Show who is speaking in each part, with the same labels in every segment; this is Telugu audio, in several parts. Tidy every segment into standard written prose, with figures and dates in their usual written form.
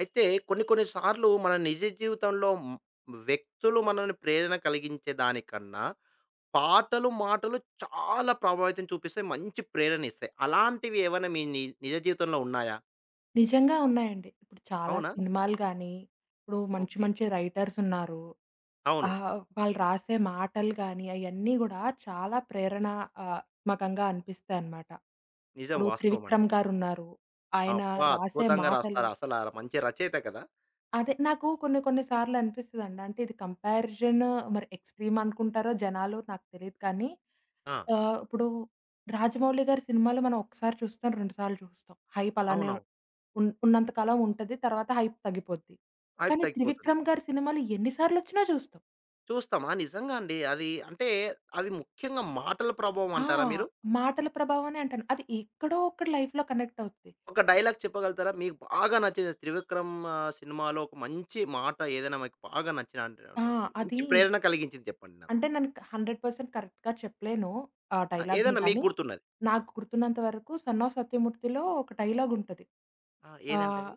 Speaker 1: అయితే కొన్ని కొన్ని సార్లు మన నిజ జీవితంలో వ్యక్తులు మనల్ని ప్రేరణ కలిగించే దానికన్నా పాటలు మాటలు చాలా ప్రభావితం చూపిస్తే మంచి ప్రేరణ ఇస్తాయి, అలాంటివి ఏమైనా మీ నిజ జీవితంలో ఉన్నాయా?
Speaker 2: నిజంగా ఉన్నాయండి. ఇప్పుడు చాలా
Speaker 1: అవునా?
Speaker 2: సినిమాలు గానీ, ఇప్పుడు మంచి
Speaker 1: ఓకే.
Speaker 2: మంచి రైటర్స్ ఉన్నారు.
Speaker 1: అవును.
Speaker 2: వాళ్ళు రాసే మాటలు గానీ, అయన్నీ గూడా చాలా ప్రేరణ ఆహ్, మకంగా అనిపిస్తాయన్నమాట.
Speaker 1: నిజం,
Speaker 2: ఇప్పుడు
Speaker 1: వాస్తవం అండి.
Speaker 2: 'త్రివిక్రమ్' గారున్నారు. ఆయన
Speaker 1: అబ్బా,
Speaker 2: రాసే
Speaker 1: అద్భుతంగా
Speaker 2: మాటలు
Speaker 1: రాస్తారు అసలు, ఆ మంచి రచయిత కదా.
Speaker 2: అదే నాకు కొన్ని కొన్ని సార్లు అనిపిస్తదండి. అంటే ఇది కంపారిజన్ మరి ఎక్స్‌ట్రీమ్ అనుకుంటారో జనాలు నాకు తెలీదు కానీ,
Speaker 1: ఆ,
Speaker 2: ఇప్పుడు 'రాజమౌళి' గారి సినిమాలు మనం ఒకసారి చూస్తాం, రెండు సార్లు చూస్తాం. హైప్ అలానే
Speaker 1: అవునవును.
Speaker 2: ఉన్నంత కాలం ఉంటది. తర్వాత హైప్ తగ్గిపోద్ది.
Speaker 1: హైప్
Speaker 2: కానీ
Speaker 1: తగ్గిపోతుంది.
Speaker 2: 'త్రివిక్రమ్' గారి సినిమాలు ఎన్ని సార్లొచ్చినా చూస్తాం.
Speaker 1: చూస్తామా నిజంగా అండి, అది అంటే అవి ముఖ్యంగా మాటల ప్రభావం
Speaker 2: ఆ!
Speaker 1: అంటారా మీరు?
Speaker 2: మాటల ప్రభావమనే అంటాను. అది ఎక్కడో అక్కడ లైఫ్‌లో కనెక్ట్ అవుద్ది.
Speaker 1: ఒక డైలాగ్ చెప్పగలుగుతారా? మీకు బాగా నచ్చేది 'త్రివిక్రమ్' సినిమాలో ఒక మంచి మాట ఏదైనా మీకు బాగా
Speaker 2: ఆ!
Speaker 1: నచ్చినటువంటిది,
Speaker 2: అది
Speaker 1: మంచి ప్రేరణ కలిగించింది చెప్పండి నాకు.
Speaker 2: అంటే నేను 100% కరెక్ట్‌గా చెప్పలేను ఆ
Speaker 1: ఆ!
Speaker 2: డైలాగ్‌ని
Speaker 1: ఏదైనా మీకు
Speaker 2: గానీ,
Speaker 1: గుర్తున్నది. ఆ!
Speaker 2: నాకు గుర్తున్నంత వరకు 'సన్ ఆఫ్ సత్యమూర్తి'లో ఒక డైలాగుంటది.
Speaker 1: ఆ!
Speaker 2: ఆహ్
Speaker 1: ఏదంటది?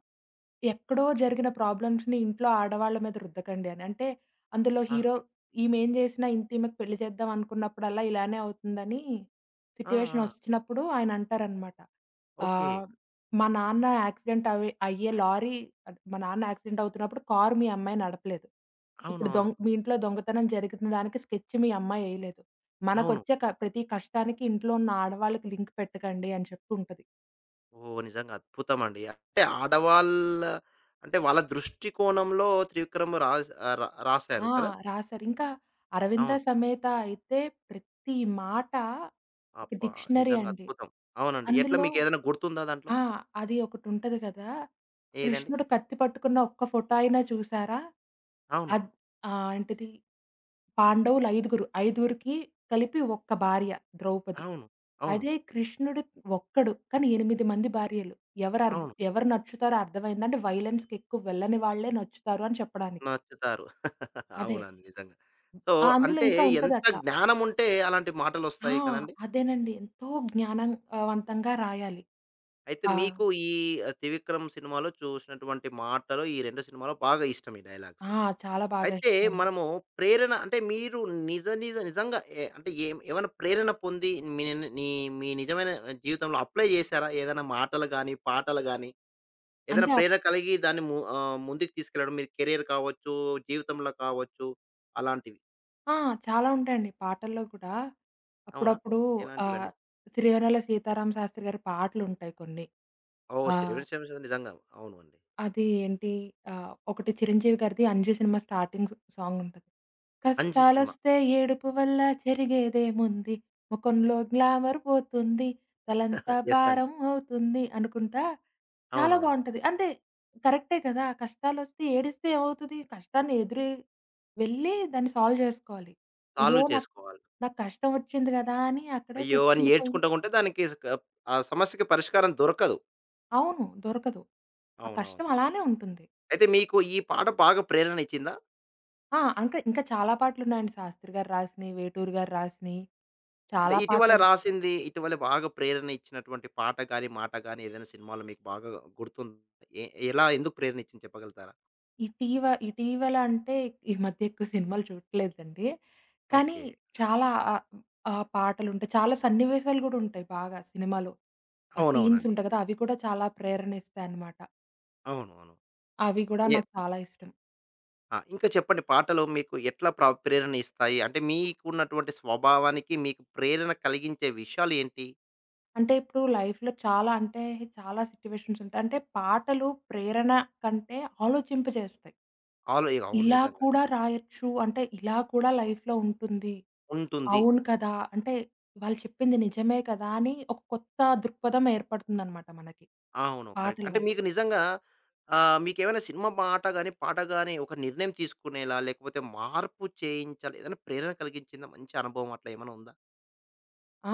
Speaker 2: ఎక్కడో జరిగిన ప్రాబ్లమ్స్‌ని ఇంట్లో ఆడవాళ్ళ మీద రుద్దకండి అని. అంటే అందులో
Speaker 1: ఆ!
Speaker 2: హీరో ఈమేం చేసినా ఇంత ఈమెకు పెళ్లి చేద్దాం అనుకున్నప్పుడల్లా ఇలానే అవుతుందని
Speaker 1: ఆ!
Speaker 2: సిట్యుయేషన్
Speaker 1: ఆ!
Speaker 2: ఒచ్చినప్పుడు ఆయన అంటారనమాట.
Speaker 1: ఓకే.
Speaker 2: ఆహ్, మా నాన్న యాక్సిడెంట్ అయ్యే లారీ అది మా నాన్న యాక్సిడెంట్ అవుతున్నప్పుడు కారు మీ అమ్మాయి నడపలేదు. ఇప్పుడు
Speaker 1: అవునవును.
Speaker 2: మీ ఇంట్లో దొంగతనం జరిగిన దానికి స్కెచ్ మీ అమ్మాయి ఎయలేదు.
Speaker 1: అవును.
Speaker 2: మనకొచ్చే ప్రతి కష్టానికి ఇంట్లో ఉన్న ఆడవాళ్ళకి లింక్ పెట్టకండి అని చెప్పి ఉంటది.
Speaker 1: ఓహ్! నిజంగా అద్భుతమండి. అంటే ఆడవాళ్ళ, అంటే వాళ్ళ దృష్టికోణంలో 'త్రివిక్రమ్' రాస్ ఆహ్, రా రాసారు
Speaker 2: ఆ!
Speaker 1: కదా!
Speaker 2: రాశారు. ఇంకా 'అరవింద
Speaker 1: అవును.
Speaker 2: సమేత' అయితే ప్రతి మాట ఒక
Speaker 1: అబ్బా!
Speaker 2: డిక్షనరీ
Speaker 1: నిజంగా
Speaker 2: అండి.
Speaker 1: అద్భుతం. అవునండి. ఎట్లా,
Speaker 2: అందులో
Speaker 1: మీకేదైనా గుర్తుందా దాంట్లో?
Speaker 2: ఆ! అది ఒకటుంటది కదా!
Speaker 1: ఏదండి?
Speaker 2: కృష్ణుడు కత్తి పట్టుకున్న ఒక్క ఫోటో అయినా చూసారా?
Speaker 1: అవును.
Speaker 2: అద్ ఏంటిది పాండవులు ఐదుగురు. ఐదుగురికి కలిపి ఒక్క భార్య ద్రౌపది.
Speaker 1: అవును. అవును.
Speaker 2: అదే కృష్ణుడు ఒక్కడు కానీ 8 మంది భార్యలు. ఎవరు
Speaker 1: అవును.
Speaker 2: ఎవరు నచ్చుతారో అర్థమైంది. అంటే వయలెన్స్‌కి ఎక్కువ వెళ్ళని వాళ్ళే నచ్చుతారు అని చెప్పడానికి.
Speaker 1: నచ్చుతారు.
Speaker 2: అదే.
Speaker 1: అవునండి. నిజంగా. సో,
Speaker 2: ఆ! అందులో
Speaker 1: అంటే
Speaker 2: ఇంకా
Speaker 1: ఎంత
Speaker 2: ఉంటదట్లా.
Speaker 1: జ్ఞానముంటే అలాంటి
Speaker 2: ఆ!
Speaker 1: మాటలొస్తాయి కదండీ!
Speaker 2: అదేనండి. ఎంతో జ్ఞానం వంతంగా రాయాలి.
Speaker 1: అయితే
Speaker 2: ఆ!
Speaker 1: మీకు ఈ 'త్రివిక్రమ్' సినిమాలో చూసినటువంటి మాటలు, ఈ 2 సినిమాలో బాగా ఇష్టం ఈ డైలాగ్స్.
Speaker 2: ఆ! చాలా బాగా
Speaker 1: అయితే
Speaker 2: ఇష్టమండి.
Speaker 1: మనము ప్రేరణ అంటే మీరు నిజ నిజ నిజంగా ఎ అంటే ఏం ఏమైనా ప్రేరణ పొంది మీ ని- నీ మీ నిజమైన జీవితంలో అప్లై చేసారా? ఏదైనా మాటలు గాని, పాటలు గాని ఏదైనా
Speaker 2: అంటే
Speaker 1: ప్రేరణ కలిగి దాన్ని ముందుకు తీసుకెళ్ళడం, మీరు కెరియర్ కావచ్చు, జీవితంలో కావచ్చు అలాంటివి.
Speaker 2: ఆ! చాలా ఉంటాయండి పాటల్లో కూడా.
Speaker 1: అవునా?
Speaker 2: అప్పుడప్పుడు ఆహ్,
Speaker 1: ఎలాంటివండి?
Speaker 2: 'సిరివెన్నెల సీతారామ శాస్త్రి' గారి పాటలుంటాయి కొన్ని.
Speaker 1: ఓహ్!
Speaker 2: ఆ!
Speaker 1: 'శరవేరి శివప్రసాద్' నిజంగా. అవును అండి.
Speaker 2: అది ఏంటి ఒకటి 'చిరంజీవి' గారిది 'అంజు' సినిమా స్టార్టింగ్ సాంగుంటది.
Speaker 1: 'అంజి' సినిమా.
Speaker 2: కష్టాలొస్తే ఏడుపు వల్ల జరిగేదేముంది, ముఖంలో గ్లామర్ పోతుంది, తలంతా
Speaker 1: యెస్ అండి.
Speaker 2: భారం అవుతుంది అనుకుంటా చాలా
Speaker 1: అవునవును.
Speaker 2: బావుంటది. అంటే కరెక్టే కదా! కష్టాలొస్తే ఏడిస్తే ఏమవుతది? కష్టాన్ని ఎదురు వెళ్ళి దాన్ని సాల్వ్ జేసుకోవాలి. అయ్యో!
Speaker 1: సాల్వ్
Speaker 2: నాకు
Speaker 1: చేసుకోవాలి.
Speaker 2: నాకు కష్టం ఒచ్చింది గదా! అని అక్కడే
Speaker 1: అయ్యో అని ఏడ్చుకుంటా
Speaker 2: కూర్చుండిపోయింటే
Speaker 1: ఉంటే దానికి స్ క ఆ సమస్యకి పరిష్కారం దొరకదు.
Speaker 2: అవును. దొరకదు. ఆ
Speaker 1: అవునవును.
Speaker 2: కష్టం అలానే ఉంటుంది.
Speaker 1: అయితే మీకు ఈ పాట బాగా ప్రేరణ ఇచ్చిందా?
Speaker 2: ఆ! ఇంకా చాలా పాటలున్నాయండి. శాస్త్రి గారు రాసినయి, వేటూరి గారు రాసినయి,
Speaker 1: అంటే
Speaker 2: చాలా
Speaker 1: ఇటీవల
Speaker 2: పాటలు.
Speaker 1: రాసింది, ఇటీవల బాగా ప్రేరణ ఇచ్చినటువంటి పాట గాని, మాట గాని ఏదైనా సినిమాలో మీకు బాగా గుర్తుంది. ఎ ఎలా ఎందుకు ప్రేరణ ఇచ్చింది చెప్పగలుగుతారా?
Speaker 2: ఇటీవల అంటే ఈ మధ్య ఎక్కువ సినిమాలు చూడట్లేదండి. కానీ
Speaker 1: ఓకే.
Speaker 2: చాలా ఆ పాటలుంటాయి. చాలా సన్నివేశాలు గూడా ఉంటాయి బాగా సినిమాలో. ఆ సీన్స్
Speaker 1: అవునవునండి.
Speaker 2: ఉంటాయి కదా! అవి కూడా చాలా ప్రేరణిస్తాయన్నమాట.
Speaker 1: అవును. అవును.
Speaker 2: అవి గూడా
Speaker 1: ఎ
Speaker 2: నాకు చాలా ఇష్టం.
Speaker 1: ఆ! ఇంకా చెప్పండి, పాటలు మీకు ఎట్లా ప్రేరణ ఇస్తాయి? అంటే మీకున్నటువంటి స్వభావానికి మీకు ప్రేరణ కలిగించే విషయాలు ఏంటి?
Speaker 2: అంటే ఇప్పుడు లైఫ్‌లో చాలా అంటే చాలా సిట్యుయేషన్స్ ఉంటాయి. అంటే పాటలు ప్రేరణ కంటే ఆలోచింపజేస్తాయి.
Speaker 1: అవును,
Speaker 2: ఇలా
Speaker 1: నిజంగా.
Speaker 2: కూడా రాయొచ్చు అంటే ఇలా కూడా లైఫ్‌లో ఉంటుంది.
Speaker 1: ఉంటుంది.
Speaker 2: అవును కదా! అంటే వాళ్ళు చెప్పింది నిజమే కదా! అని ఒక కొత్త దృక్పథం ఏర్పడుతుందనమాట మనకి.
Speaker 1: అవును, కరెక్ట్.
Speaker 2: పాటల
Speaker 1: అంటే
Speaker 2: వల్ల.
Speaker 1: మీకు నిజంగా మీకేమైనా సినిమా పాట గాని, పాట గాని ఒక నిర్ణయం తీసుకునేలా, లేకపోతే మార్పు చేయించాలి, ఏదైనా ప్రేరణ కలిగించిందా? మంచి అనుభవం అట్లా ఏమైనా ఉందా?
Speaker 2: ఆ!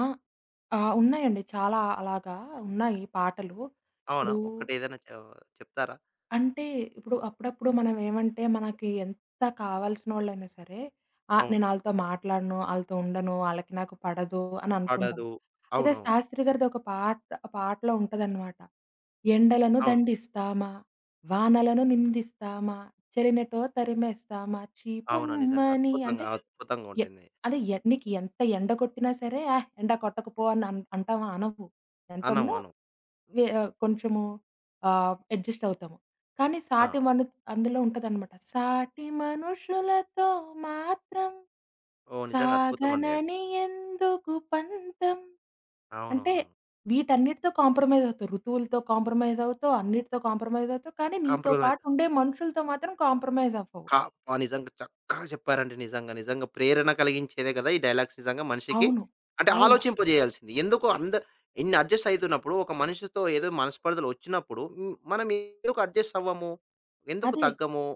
Speaker 2: ఆ! ఉన్నాయండి. చాలా అలాగా ఉన్నాయి పాటలు.
Speaker 1: అవునా?
Speaker 2: ఇప్పుడు
Speaker 1: ఒక్కటేదైనా చె చెప్తారా?
Speaker 2: అంటే ఇప్పుడు అప్పుడప్పుడు మనం ఏమంటే మనకి ఎంత కావాల్సినోళ్ళైనా సరే,
Speaker 1: అవును.
Speaker 2: నేను ఆళ్ళతో మాట్లాడను, ఆళ్ళతో ఉండను, ఆళ్ళకి నాకు పడదు అని అనుకుంటాం.
Speaker 1: పడదు.
Speaker 2: అయితే
Speaker 1: అవునవును.
Speaker 2: శాస్త్రి గారిది ఒక పాటలో ఉంటదనమాట. ఎండలను
Speaker 1: అవును.
Speaker 2: దండిస్తామా, వానలను నిందిస్తామా, చెలినటో తరిమేస్తామా,
Speaker 1: అవును. నిజంగా
Speaker 2: చీపొమ్మని అంటే
Speaker 1: అద్భుతంగా, అద్భుతంగా
Speaker 2: ఎ
Speaker 1: ఉంటుంది.
Speaker 2: అదే నీకు ఎంత ఎండ కొట్టినా సరే, ఎండ కొట్టకపో అని అంటావా? అనవు. ఎంతున్నా
Speaker 1: అను.
Speaker 2: కొంచెము అడ్జస్ట్ అవుతాము. కానీ
Speaker 1: ఆ!
Speaker 2: సాటి మను అందులో ఉంటదనమాట. సాటి మనుషులతో మాత్రం
Speaker 1: ఓహ్! నిజంగా అద్భుతం అండి అవి.
Speaker 2: సాగనని ఎందుకు పంతం. అంటే
Speaker 1: అవునవునవును.
Speaker 2: వీటన్నిటితో కాంప్రమైజ్ అవుతావు. ఋతువులతో కాంప్రమైజ్ అవుతావు, అన్నిటితో కాంప్రమైజ్ అవుతావు. కానీ నీతో
Speaker 1: కాంప్రమైజ్.
Speaker 2: పాటు ఉండే మనుషులతో మాత్రం కాంప్రమైజ్ అవ్వవు.
Speaker 1: అబ్బా! నిజంగా చక్కగా చెప్పారండి. నిజంగా. నిజంగా ప్రేరణ కలిగించేదే కదా ఈ డైలాగ్స్, నిజంగా మనిషికి
Speaker 2: అవును.
Speaker 1: అంటే
Speaker 2: అవును.
Speaker 1: ఆలోచింపజేయాల్సింది. ఎందుకు అంద ఇన్ని అడ్జస్ట్ అయితున్నప్పుడు ఒక మనిషితో ఏదో మనస్పర్ధలు వచ్చినప్పుడు మనం ఎందుకు అడ్జస్ట్ అవ్వము? ఎందుకు
Speaker 2: అదే.
Speaker 1: తగ్గము?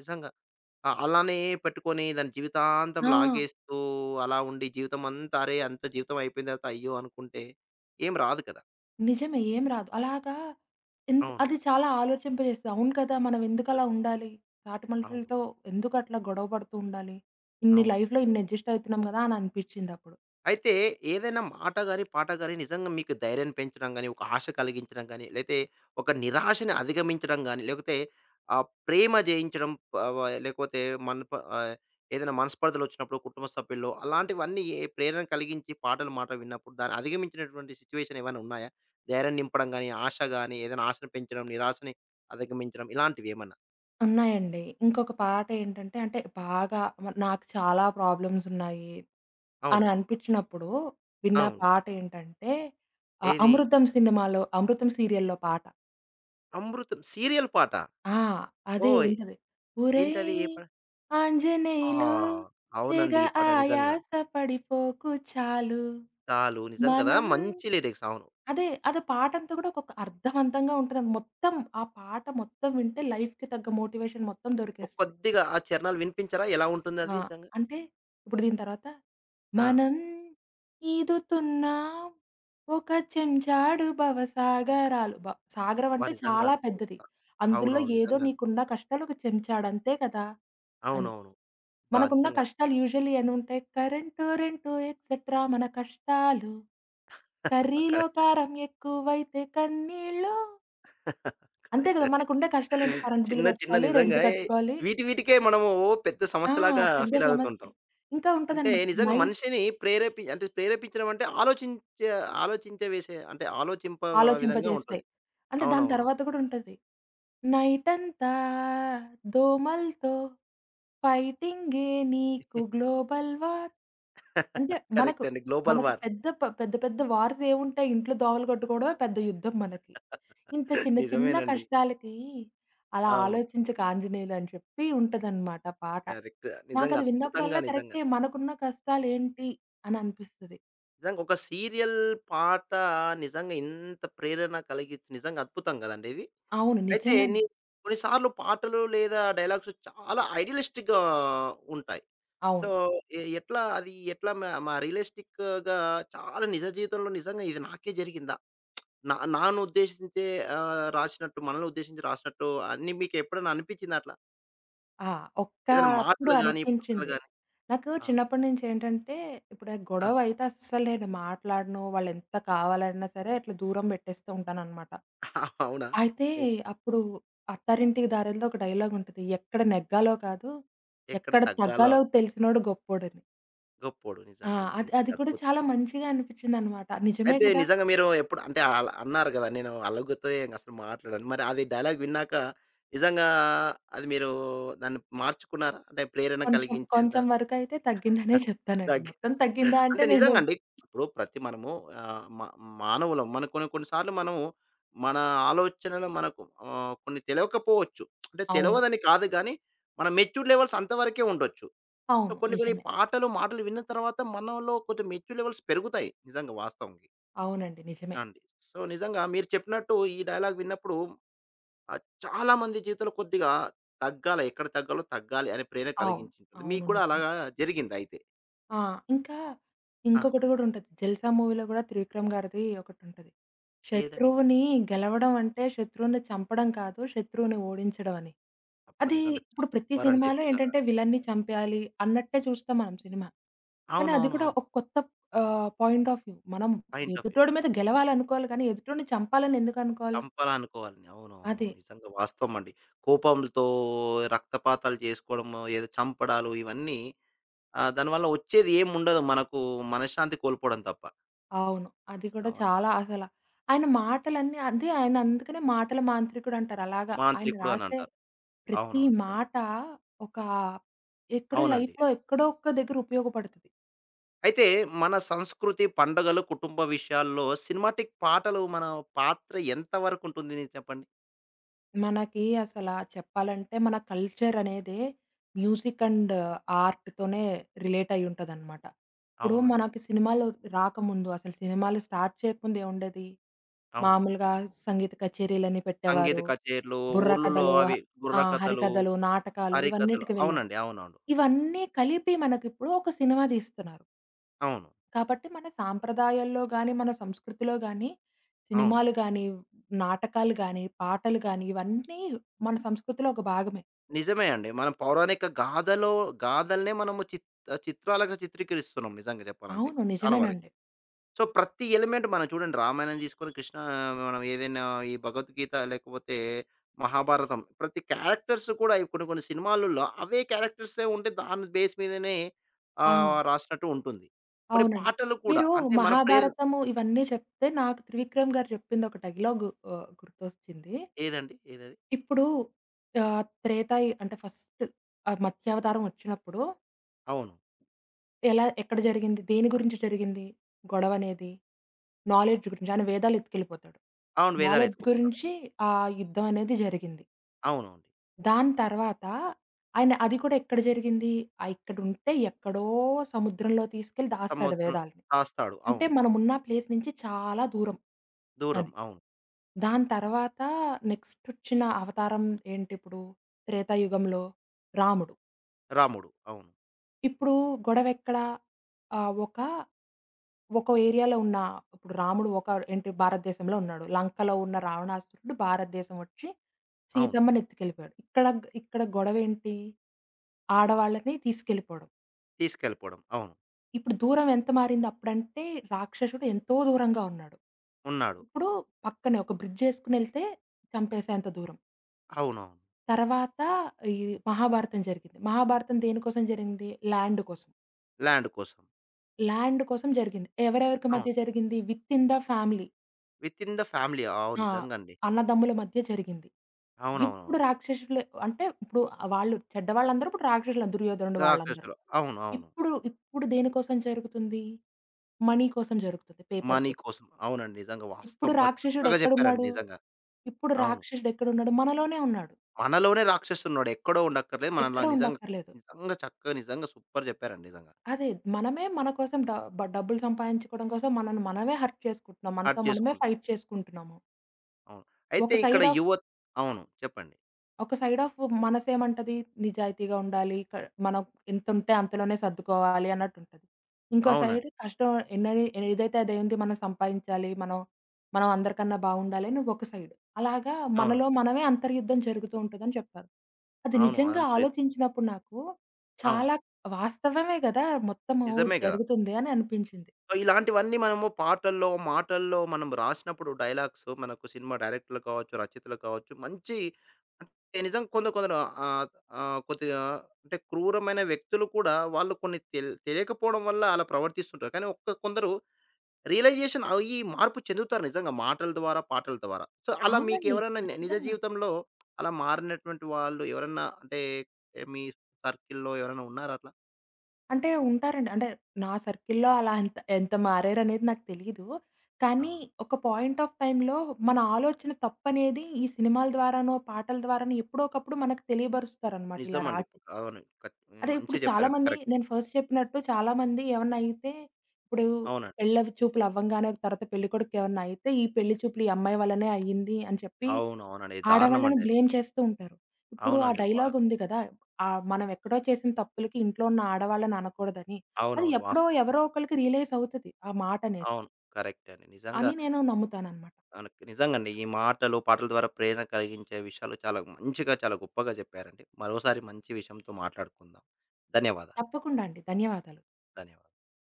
Speaker 1: నిజంగా. ఆ! అలానే పెట్టుకొని దాన్ని జీవితాంతం
Speaker 2: ఆ!
Speaker 1: లాగేస్తూ అలా ఉండి, జీవితం అంతా అరే, అంత జీవితం అయిపోయిన తర్వాత అయ్యో అనుకుంటే ఏం రాదు కదా!
Speaker 2: నిజమే. ఏం రాదు. అలాగా
Speaker 1: అవును.
Speaker 2: అది చాలా ఆలోచింపజేస్తది. అవును కదా! మనం ఎందుకలా ఉండాలి? తాటి
Speaker 1: అవును.
Speaker 2: మనుషులతో ఎందుకట్లా గొడవ పడుతూ ఉండాలి? ఇన్ని
Speaker 1: అవును.
Speaker 2: లైఫ్‌లో ఇన్ని అడ్జస్ట్ అవుతున్నాం గదా! అని అనిపిచ్చిందప్పుడు.
Speaker 1: అయితే ఏదైనా మాట గాని, పాట గాని నిజంగా మీకు ధైర్యాన్ని పెంచడం గాని, ఒక ఆశ కలిగించడం గాని, లేతే ఒక నిరాశని అధిగమించడం గాని, లేకపోతే ప్రేమ జయించడం ప వ లేకపోతే మన ప ఆహ్, ఏదైనా మనస్పర్ధలొచ్చినప్పుడు కుటుంబ సభ్యుల్లో అలాంటివన్నీ, ఏ ప్రేరణ కలిగించి పాటలు మాట విన్నప్పుడు దాన్ని అధిగమించినటువంటి సిట్యుయేషన్ ఏమైనా ఉన్నాయా? ధైర్యం నింపడం గాని, ఆశ గాని, ఏదైనా ఆశను పెంచడం, నిరాశని అధిగమించడం, ఇలాంటివేమన్నా?
Speaker 2: ఉన్నాయండి. ఇంకొక పాటేంటంటే అంటే బాగా నాకు చాలా ప్రాబ్లమ్స్ ఉన్నాయి అని
Speaker 1: అవును.
Speaker 2: అనిపిచ్చినప్పుడు విన్న
Speaker 1: అవును.
Speaker 2: పాటేంటంటే
Speaker 1: ఏది?
Speaker 2: 'అమృతం' సినిమాలో 'అమృతం' సీరియల్‌లో పాట.
Speaker 1: 'అమృతం' సీరియల్ పాట.
Speaker 2: ఆ! అదే
Speaker 1: ఓహ్!
Speaker 2: ఉంటది.
Speaker 1: ఏంటది? ఏ
Speaker 2: "ఒరేయ్
Speaker 1: పా ఆ!
Speaker 2: ఆంజనేయులు తెగ
Speaker 1: అవునండి. ఈ పాట నిజంగా.
Speaker 2: ఆయాస పడిపోకు చాలు.
Speaker 1: 'చాలు' నిజం కదా!
Speaker 2: మనం"
Speaker 1: మంచి లిరిక్స్. అవును.
Speaker 2: అదే. అదే పాటంతా గూడా ఒకొక్క అర్థవంతంగా ఉంటదండి. మొత్తం ఆ పాట మొత్తం వింటే లైఫ్‌కి తగ్గ మోటివేషన్ మొత్తం
Speaker 1: ఒక
Speaker 2: దొరికేస్తది.
Speaker 1: కొద్దిగా ఆ చరణాలు వినిపించరా? ఎలా ఉంటుందది
Speaker 2: ఆ!
Speaker 1: నిజంగా?
Speaker 2: అంటే ఇప్పుడు దీని తర్వాత
Speaker 1: ఆ!
Speaker 2: మనం ఈదుతున్నాం ఒక చెంచాడు భవసాగరాలు. సాగరం
Speaker 1: అబ్బా!
Speaker 2: అంటే
Speaker 1: నిజంగా
Speaker 2: చాలా పెద్దది.
Speaker 1: అద్భుతం.
Speaker 2: అందులో
Speaker 1: అవునవును,
Speaker 2: ఏదో
Speaker 1: నిజంగా అండి.
Speaker 2: నీకున్న కష్టాలు ఒక చెంచాడు అంతే కదా! అని.
Speaker 1: అవునవును. అబ్బా!
Speaker 2: మనకున్న
Speaker 1: నిజంగా అద్భుతం.
Speaker 2: కష్టాలు యూజువల్లీ ఎన్నుంటాయి? కరెంటు, రెంటు ఎక్సెట్రా మన కష్టాలు. కర్రీలో
Speaker 1: కరెక్ట్.
Speaker 2: కారం ఎక్కువైతే కన్నీళ్ళు. అంతే
Speaker 1: కరెక్ట్
Speaker 2: కదా!
Speaker 1: అండి.
Speaker 2: మనకుండే కష్టాలేంటి? కరెంట్ బిల్
Speaker 1: చిన్న చిన్న
Speaker 2: కట్టుకోవాలి,
Speaker 1: నిజంగా
Speaker 2: రెంట్ కట్టుకోవాలి.
Speaker 1: వీటి వీటికే మనము పెద్ద
Speaker 2: ఆ!
Speaker 1: సమస్యలాగా
Speaker 2: పెద్ద
Speaker 1: ఫీల్ అవుతుంటాం.
Speaker 2: సమస్యలు. ఇంకా
Speaker 1: అంటే
Speaker 2: ఉంటదనమాట.
Speaker 1: నిజంగా మనిషిని ప్రేరేపించడం అంటే ఆలోచించే ఆలోచించ వేసే అంటే ఆలోచింప విధంగా
Speaker 2: ఆలోచింపజేస్తాయి.
Speaker 1: ఉంటుంది.
Speaker 2: అంటే దాని
Speaker 1: అవునవును.
Speaker 2: తర్వాత గూడా ఉంటది. నైటంతా దోమలతో ఫైటింగే నీకు గ్లోబల్ వార్. అంటే మనకు,
Speaker 1: కరెక్ట్ అండి. Global war.
Speaker 2: పెద్ద పెద్ద పెద్ద వార్స్ ఏముంటాయి? ఇంట్లో దోమలు కొట్టుకోవడమే పెద్ద యుద్ధం మనకి. ఇంత చిన్న చిన్న
Speaker 1: నిజమేనండి.
Speaker 2: కష్టాలకి అలా
Speaker 1: అవును,
Speaker 2: ఆలోచించక ఆంజనేయులు అని చెప్పి ఉంటదనమాట పాట.
Speaker 1: కరెక్ట్. నిజంగా
Speaker 2: నాకది
Speaker 1: అద్భుతంగా
Speaker 2: విన్నప్పుడల్లా
Speaker 1: నిజంగా.
Speaker 2: కరెక్టే మనకున్న కష్టాలేంటి అని అనిపిస్తది.
Speaker 1: నిజంగా ఒక సీరియల్ పాట నిజంగా ఇంత ప్రేరణ కలిగించి, నిజంగా అద్భుతం గదండీ ఇది.
Speaker 2: అవును.
Speaker 1: అయితే నీ
Speaker 2: నిజంగానే.
Speaker 1: కొన్ని సార్లు పాటలు లేదా డైలాగ్స్ చాలా ఐడియలిస్టిక్‌గా ఉంటాయి. సో,
Speaker 2: అవును.
Speaker 1: ఎ ఎట్లా అది ఎట్లా మ మ రియలిస్టిక్‌గా, చాలా నిజ జీవితంలో నిజంగా ఇది నాకే జరిగిందా? నా నాను ఉద్దేశించే రాసినట్టు, మనల్ని ఉద్దేశించి రాసినట్టు అన్నీ మీకు ఎప్పుడైనా అనిపించిందా అట్లా?
Speaker 2: ఆ! ఒక్క
Speaker 1: ఏదైనా
Speaker 2: అప్పుడు
Speaker 1: మాటలు గాని, పాటలు
Speaker 2: అనిపించింది.
Speaker 1: గాని?
Speaker 2: నాకు
Speaker 1: ఆ!
Speaker 2: చిన్నప్పటి నుంచి ఏంటంటే, ఇప్పుడు
Speaker 1: ఆ!
Speaker 2: గొడవ అయితే అస్సలు నేను మాట్లాడను. వాళ్ళెంత కావాలన్నా సరే అట్లా దూరం పెట్టేస్తూ ఉంటాననమాట.
Speaker 1: అవునా?
Speaker 2: అయితే
Speaker 1: ఓహ్!
Speaker 2: అప్పుడు 'అత్తారింటికి దారేదిలో' ఒక డైలాగ్ ఉంటది. ఎక్కడ నెగ్గాలో కాదు,
Speaker 1: ఎక్కడ
Speaker 2: ఎక్కడ
Speaker 1: తగ్గాలో
Speaker 2: తగ్గాలో తెలిసినోడు గొప్పోడని.
Speaker 1: గొప్పోడు.
Speaker 2: ఆ!
Speaker 1: నిజంగండి.
Speaker 2: అది అది
Speaker 1: నిజంగా
Speaker 2: కూడా
Speaker 1: అద్భుతం.
Speaker 2: చాలా మంచిగా అనిపించిందనమాట. నిజమే
Speaker 1: అయితే
Speaker 2: కదా!
Speaker 1: నిజంగా మీరు ఎప్పుడు, అంటే ఆల్ అన్నారు గదా, నేను అలుగుతో ఏం అసలు మాట్లాడను, మరి అది డైలాగ్ విన్నాక నిజంగా అది మీరు దాన్ని మార్చుకున్నారా? అంటే ప్రేరణ
Speaker 2: కొంచెం
Speaker 1: కలిగించేంత
Speaker 2: కొంచెం వరకైతే తగ్గిందనే చెప్తానండి.
Speaker 1: తగ్గి
Speaker 2: మొత్తం తగ్గిందా
Speaker 1: అంటే
Speaker 2: అంటే నేను
Speaker 1: నిజంగండి. ఇప్పుడు ప్రతి మనము ఆహ్, మా మానవులం. మన కొన్ని కొన్ని సార్లు మనము మన ఆలోచనలో మనకు కొన్ని తెలవకపోవచ్చు. అంటే
Speaker 2: అవును.
Speaker 1: తెలవదని కాదు గానీ, మన మెచ్యూర్ లెవెల్స్ అంతవరకే ఉండొచ్చు. సో,
Speaker 2: అవును.
Speaker 1: కొన్ని కొన్ని
Speaker 2: నిజమే.
Speaker 1: పాటలు, మాటలు విన్న తర్వాత మనలో కొంచెం మెచ్యూర్ లెవెల్స్ పెరుగుతాయి, నిజంగా వాస్తవంకి.
Speaker 2: అవునండి. నిజమే.
Speaker 1: ఆ అండి. సో, నిజంగా మీరు చెప్పినట్టు ఈ డైలాగ్ విన్నప్పుడు చాలా మంది జీవితంలో కొద్దిగా తగ్గాలి, ఎక్కడ తగ్గాలో తగ్గాలి అనే ప్రేరణ
Speaker 2: అవును.
Speaker 1: కలిగించింటుంది. మీకు
Speaker 2: అవును.
Speaker 1: కూడా
Speaker 2: నిజమే.
Speaker 1: అలాగా జరిగిందా అయితే?
Speaker 2: ఆ! ఇంకా
Speaker 1: ఆ!
Speaker 2: ఇంకొకటి గూడా ఉంటది. 'జల్సా' మూవీలో గూడా త్రివిక్రమ్ గారిది ఒకటుంటది.
Speaker 1: ఏదండి అది?
Speaker 2: శత్రువుని గెలవడం అంటే శత్రువుని చంపడం కాదు, శత్రువుని ఓడించడం అని.
Speaker 1: అబ్బా!
Speaker 2: అది
Speaker 1: నిజంగా
Speaker 2: ఇప్పుడు ప్రతి
Speaker 1: సూపర్, అంటే
Speaker 2: సినిమాలో
Speaker 1: ఇది నిజంగా.
Speaker 2: ఏంటంటే విలన్ని చంపేయాలి అన్నట్టే చూస్తాం మనం సినిమా. కానీ అది
Speaker 1: అవునవును.
Speaker 2: కూడా
Speaker 1: అవును.
Speaker 2: ఒక కొత్త పాయింట్ ఆఫ్ వ్యూ. మనం
Speaker 1: పాయింట్ ఆఫ్ వ్యూ.
Speaker 2: ఎదుటోడి మీద గెలవాలనుకోవాలి కానీ ఎదుటోడిని చంపాలని ఎందుకు అనుకోవాలి?
Speaker 1: చంపాలి అనుకోవాలని. అవునవునవును.
Speaker 2: అదే.
Speaker 1: నిజంగా వాస్తవం అండి. కోపంతో రక్తపాతాలు చేసుకోవడము, ఏదో చంపడాలు ఇవన్నీ, ఆ, దానివల్ల వచ్చేది ఏముండదు, మనకు మనశ్శాంతి కోల్పోవడం తప్ప.
Speaker 2: అవును. అది కూడా
Speaker 1: అవునండి.
Speaker 2: చాలా ఆయన మాటలన్నీ అదే ఆయన అందుకనే మాటల మాంత్రికుడు అంటారు. అలాగా ఆయన
Speaker 1: మాంత్రికుడు అని
Speaker 2: రాసే
Speaker 1: అంటారు.
Speaker 2: ప్రతి
Speaker 1: అవునవును, నిజంగా.
Speaker 2: మాట ఒక ఎక్కడో
Speaker 1: అవునండి.
Speaker 2: లైఫ్‌లో ఎక్కడో ఒక్క దగ్గర ఉపయోగపడతది.
Speaker 1: అయితే మన సంస్కృతి, పండుగలు, కుటుంబ విషయాల్లో సినిమాటిక్ పాటలు మన పాత్ర ఎంత వరకు ఉంటుంది మీరు చెప్పండి?
Speaker 2: మనకి అసలా చెప్పాలంటే మన కల్చర్ అనేదే మ్యూజిక్ అండ్ ఆర్ట్‌తోనే రిలేట్ అయ్యుంటదనమాట. ఇప్పుడు
Speaker 1: అవునండి.
Speaker 2: మనకి సినిమాలు రాకముందు అసలు సినిమాలు స్టార్ట్ చేయకముందు ఏవుండేది?
Speaker 1: అవును.
Speaker 2: మామూలుగా సంగీత కచేరీలని
Speaker 1: సంగీత
Speaker 2: పెట్టేవారు.
Speaker 1: కచేరీలు,
Speaker 2: బుర్ర
Speaker 1: ఊర్లలో
Speaker 2: కథలు
Speaker 1: అవి
Speaker 2: ఆ!
Speaker 1: బుర్రకథలు,
Speaker 2: హరికథలు, నాటకాలు
Speaker 1: హరికథలు.
Speaker 2: ఇవన్నిటికి వెళ్ళారు.
Speaker 1: అవునండి. అవునవును.
Speaker 2: ఇవన్నీ కలిపి మనకిప్పుడు ఒక సినిమా తీస్తున్నారు.
Speaker 1: అవును.
Speaker 2: కాబట్టి మన సాంప్రదాయాల్లో గాని, మన సంస్కృతిలో గాని,
Speaker 1: అవును.
Speaker 2: సినిమాలు గాని, నాటకాలు గాని, పాటలు గాని ఇవన్నీ మన సంస్కృతిలో ఒక భాగమే.
Speaker 1: నిజమే అండి. మనం పౌరాణిక గాథలో గాథలనే మనము చిత్రాలుగా చిత్రీకరిస్తున్నాం నిజంగా చెప్పాలంటే.
Speaker 2: అవును.
Speaker 1: చాలా వరకు.
Speaker 2: నిజమేనండి.
Speaker 1: సో, ప్రతి ఎలిమెంట్ మనం చూడండి, రామాయణం తీసుకొని కృష్ణ, మనం ఏదైనా ఈ భగవద్గీత లేకపోతే మహాభారతం, ప్రతి క్యారెక్టర్స్ కూడా ఈ కొన్ని కొన్ని సినిమాలలో అవే క్యారెక్టర్సే ఉంటే దాని బేస్ మీదనే
Speaker 2: ఆ!
Speaker 1: రాసినట్టు ఉంటుంది. కొన్ని
Speaker 2: అవునండి.
Speaker 1: పాటలు కూడా
Speaker 2: మీరు
Speaker 1: అంటే మన ప్రేరణ.
Speaker 2: 'మహాభారతము' ఇవన్నీ చెప్తే నాకు త్రివిక్రమ్ గారు చెప్పింది ఒక డైలాగ్ గుర్తొచ్చింది.
Speaker 1: ఏదండి? ఏదది?
Speaker 2: ఇప్పుడు అంటే ఫస్ట్ మత్స్యావతారం వచ్చినప్పుడు
Speaker 1: అవును.
Speaker 2: ఎలా ఎక్కడ జరిగింది? దేని గురించి జరిగింది గొడవనేది? నాలెడ్జ్ గురించి. ఆయన వేదాలు ఎత్తుకెళ్ళిపోతాడు.
Speaker 1: అవును. వేదాలు
Speaker 2: నాలెడ్జ్
Speaker 1: ఎత్తుకుపోతాడు.
Speaker 2: గురించి ఆ యుద్ధం అనేది జరిగింది.
Speaker 1: అవునవును.
Speaker 2: దాని తర్వాత ఆయన అది కూడా ఎక్కడ జరిగింది? ఇక్కడుంటే ఎక్కడో సముద్రంలో తీసుకెళ్ళి దాస్తాడు
Speaker 1: సముద్రం
Speaker 2: వేదాల్ని.
Speaker 1: రాస్తాడు.
Speaker 2: అంటే
Speaker 1: అవును.
Speaker 2: మనమున్న ప్లేస్ నుంచి చాలా దూరం.
Speaker 1: దూరం
Speaker 2: అది.
Speaker 1: అవును.
Speaker 2: దాని తర్వాత నెక్స్టొచ్చిన అవతారం ఏంటిప్పుడు? త్రేతాయుగంలో రాముడు.
Speaker 1: రాముడు అవును.
Speaker 2: ఇప్పుడు గొడవెక్కడ? ఒక ఒక్కో ఏరియాలో ఉన్న ఇప్పుడు రాముడు ఒక ఏంటి భారతదేశంలో ఉన్నాడు. లంకలో ఉన్న రావణాసురుడు భారతదేశం వచ్చి
Speaker 1: అవును.
Speaker 2: సీతమ్మని ఎత్తుకెళ్ళిపోయాడు. ఇక్కడ ఇక్కడ గొడవేంటి? ఆడవాళ్ళని తీసుకెళ్ళిపోవడం.
Speaker 1: తీసుకెళ్ళిపోవడం అవును.
Speaker 2: ఇప్పుడు దూరం ఎంత మారింది? అప్పుడంటే రాక్షసుడు ఎంతో దూరంగా ఉన్నాడు.
Speaker 1: ఉన్నాడు.
Speaker 2: ఇప్పుడు పక్కనే ఒక బ్రిడ్జ్ ఏసుకొనెళ్తే చంపేసేంత దూరం.
Speaker 1: అవునవును.
Speaker 2: తర్వాత ఈ మహాభారతం జరిగింది. మహాభారతం దేనికోసం జరిగింది? ల్యాండ్ కోసం.
Speaker 1: ల్యాండ్ కోసం.
Speaker 2: ల్యాండ్ కోసం జరిగింది. ఎవరెవరికి
Speaker 1: అవును.
Speaker 2: మధ్య జరిగింది? Within the family.
Speaker 1: With in the family. అవును,
Speaker 2: ఆ!
Speaker 1: నిజంగా అండి.
Speaker 2: అన్నదమ్ముల మధ్య జరిగింది. ఇప్పుడు
Speaker 1: అవునవునవును.
Speaker 2: రాక్షసులే అంటే ఇప్పుడు వాళ్ళు చెడ్డవాళ్ళందరూ ఇప్పుడు రాక్షసులు దుర్యోధనుడు వాళ్ళందరూ.
Speaker 1: రాక్షసులు. అవును. అవును.
Speaker 2: ఇప్పుడు ఇప్పుడు దేనికోసం జరుగుతుంది? మనీ కోసం జరుగుతుంది. పేపర్
Speaker 1: మనీ
Speaker 2: కోసం.
Speaker 1: కోసం. అవునండి, నిజంగా
Speaker 2: ఇప్పుడు
Speaker 1: వాస్తవం. బా
Speaker 2: రాక్షసుడు
Speaker 1: చక్కగా చెప్పారండి
Speaker 2: ఎక్కడున్నాడు?
Speaker 1: నిజంగా.
Speaker 2: ఇప్పుడు
Speaker 1: అవును.
Speaker 2: రాక్షసుడు ఎక్కడున్నాడు? మనలోనే ఉన్నాడు.
Speaker 1: మనలోనే రాక్షసుడున్నాడు. ఎక్కడో ఉండక్కర్లేదు. మనలా
Speaker 2: ఎక్కడ
Speaker 1: నిజంగా,
Speaker 2: ఉండక్కర్లేదు.
Speaker 1: నిజంగా చక్కగా నిజంగా సూపర్ చెప్పారండి నిజంగా.
Speaker 2: అదే మనమే మన కోసం డబ్బులు సంపాదించుకోవడం కోసం మనల్ని మనమే హర్ట్ చేసుకుంటున్నాం.
Speaker 1: హర్ట్
Speaker 2: మనతో మనమే
Speaker 1: చేసుకుం
Speaker 2: ఫైట్ చేసుకుంటున్నాము.
Speaker 1: అవును. అయితే
Speaker 2: ఒక
Speaker 1: ఇక్కడ
Speaker 2: సైడ్ ఆఫ్
Speaker 1: యువత్ అవును. చెప్పండి.
Speaker 2: ఒక సైడ్ ఆఫ్ మనసేమంటది నిజాయితీగా ఉండాలి. మనం ఎంతుంటే అంతలోనే సర్దుకోవాలి అన్నట్టుంటది. ఇంకో సైడ్
Speaker 1: అవునండి.
Speaker 2: కష్టం ఎన్నని ఏదైతే అదేంది మనం సంపాదించాలి. మనం అందరికన్నా బావుండాలి అని ఒక సైడ్. అలాగా
Speaker 1: అవును.
Speaker 2: మనలో మనమే అంతర్యుద్ధం జరుగుతూ ఉంటదని చెప్పారు. అది
Speaker 1: అవును.
Speaker 2: నిజంగా
Speaker 1: అంతే.
Speaker 2: ఆలోచించినప్పుడు నాకు
Speaker 1: అవును.
Speaker 2: చాలా వాస్తవమే గదా! మొత్తము
Speaker 1: నిజమే గదా!
Speaker 2: జరుగుతుంది అని అనిపించింది.
Speaker 1: సో, ఇలాంటివన్నీ మనము పాటల్లో, మాటల్లో మనం రాసినప్పుడు డైలాగ్స్, మనకు సినిమా డైరెక్టర్లు కావచ్చు, రచయితలు కావచ్చు, మంచి, అంటే నిజం, కొందరు కొందరు ఆహ్, ఆహ్, కొద్దిగా అంటే క్రూరమైన వ్యక్తులు కూడా వాళ్ళు కొన్ని తెలియకపోవడం వల్ల అలా ప్రవర్తిస్తుంటారు. కానీ ఒక్క కొందరు రియలైజేషన్ అయ్యి మార్పు చెందుతారు నిజంగా మాటల ద్వారా, పాటల ద్వారా. సో, అలా
Speaker 2: అవునండి.
Speaker 1: మీకెవరైనా నిజ
Speaker 2: ఖచ్చితంగా.
Speaker 1: జీవితంలో అలా మారినటువంటి వాళ్ళు ఎవరన్నా అంటే, ఏ, మీ సర్కిల్‌లో ఎవరైనా ఉన్నారా అట్లా?
Speaker 2: అంటే ఉంటారండి. అంటే నా సర్కిల్‌లో అలా ఎంత ఎంత మారారనేది నాకు తెలీదు.
Speaker 1: ఆ!
Speaker 2: కానీ ఒక పాయింట్ ఆఫ్ టైమ్‌లో మన ఆలోచన తప్పనేది ఈ సినిమాల ద్వారానో, పాటల ద్వారానో ఎప్పుడో ఒకప్పుడు మనకు తెలియబరుస్తారనమాట ఇలా
Speaker 1: నిజమండి.
Speaker 2: రాసి.
Speaker 1: అవును.
Speaker 2: అదే ఇప్పుడు
Speaker 1: మంచిగా చెప్పారండి.
Speaker 2: చాలామంది
Speaker 1: కరెక్ట్.
Speaker 2: నేను ఫస్ట్ చెప్పినట్టు చాలామంది ఏమన్నా అయితే ఇప్పుడు
Speaker 1: అవునండి.
Speaker 2: పెళ్ళవి చూపులు అవ్వంగానే తర్వాత పెళ్ళికొడుకుకేమన్నా అయితే, "ఈ పెళ్లి చూపులు ఈ అమ్మాయి వల్లనే అయ్యింది" అని చెప్పి
Speaker 1: అవును. అవునండి,
Speaker 2: ఆడవాళ్ళని
Speaker 1: దారుణమండి అది.
Speaker 2: బ్లేమ్ చేస్తూ ఉంటారు. ఇప్పుడు ఆ
Speaker 1: అవునండి.
Speaker 2: డైలాగ్ ఉంది గదా! మనం ఎక్కడో చేసిన తప్పులకి ఇంట్లో ఉన్న ఆడవాళ్ళని అనకూడదని. అది
Speaker 1: అవునవును,
Speaker 2: ఎప్పుడో
Speaker 1: వాస్తవం.
Speaker 2: ఎవరో ఒకళ్ళకి రియలైజ్ అవుతది. ఆ మాటనేది
Speaker 1: అవును. కరెక్టే అండి. నిజంగా
Speaker 2: అని నేను నమ్ముతాననమాట.
Speaker 1: మనకి నిజంగండి, ఈ మాటలు, పాటల ద్వారా ప్రేరణ కలిగించే విషయాలు చాలా మంచిగా, చాలా గొప్పగా చెప్పారండి. మరోసారి మంచి విషయంతో మాట్లాడుకుందాం. ధన్యవాదాలు.
Speaker 2: తప్పకుండా అండి. ధన్యవాదాలు.
Speaker 1: ధన్యవాదాలు.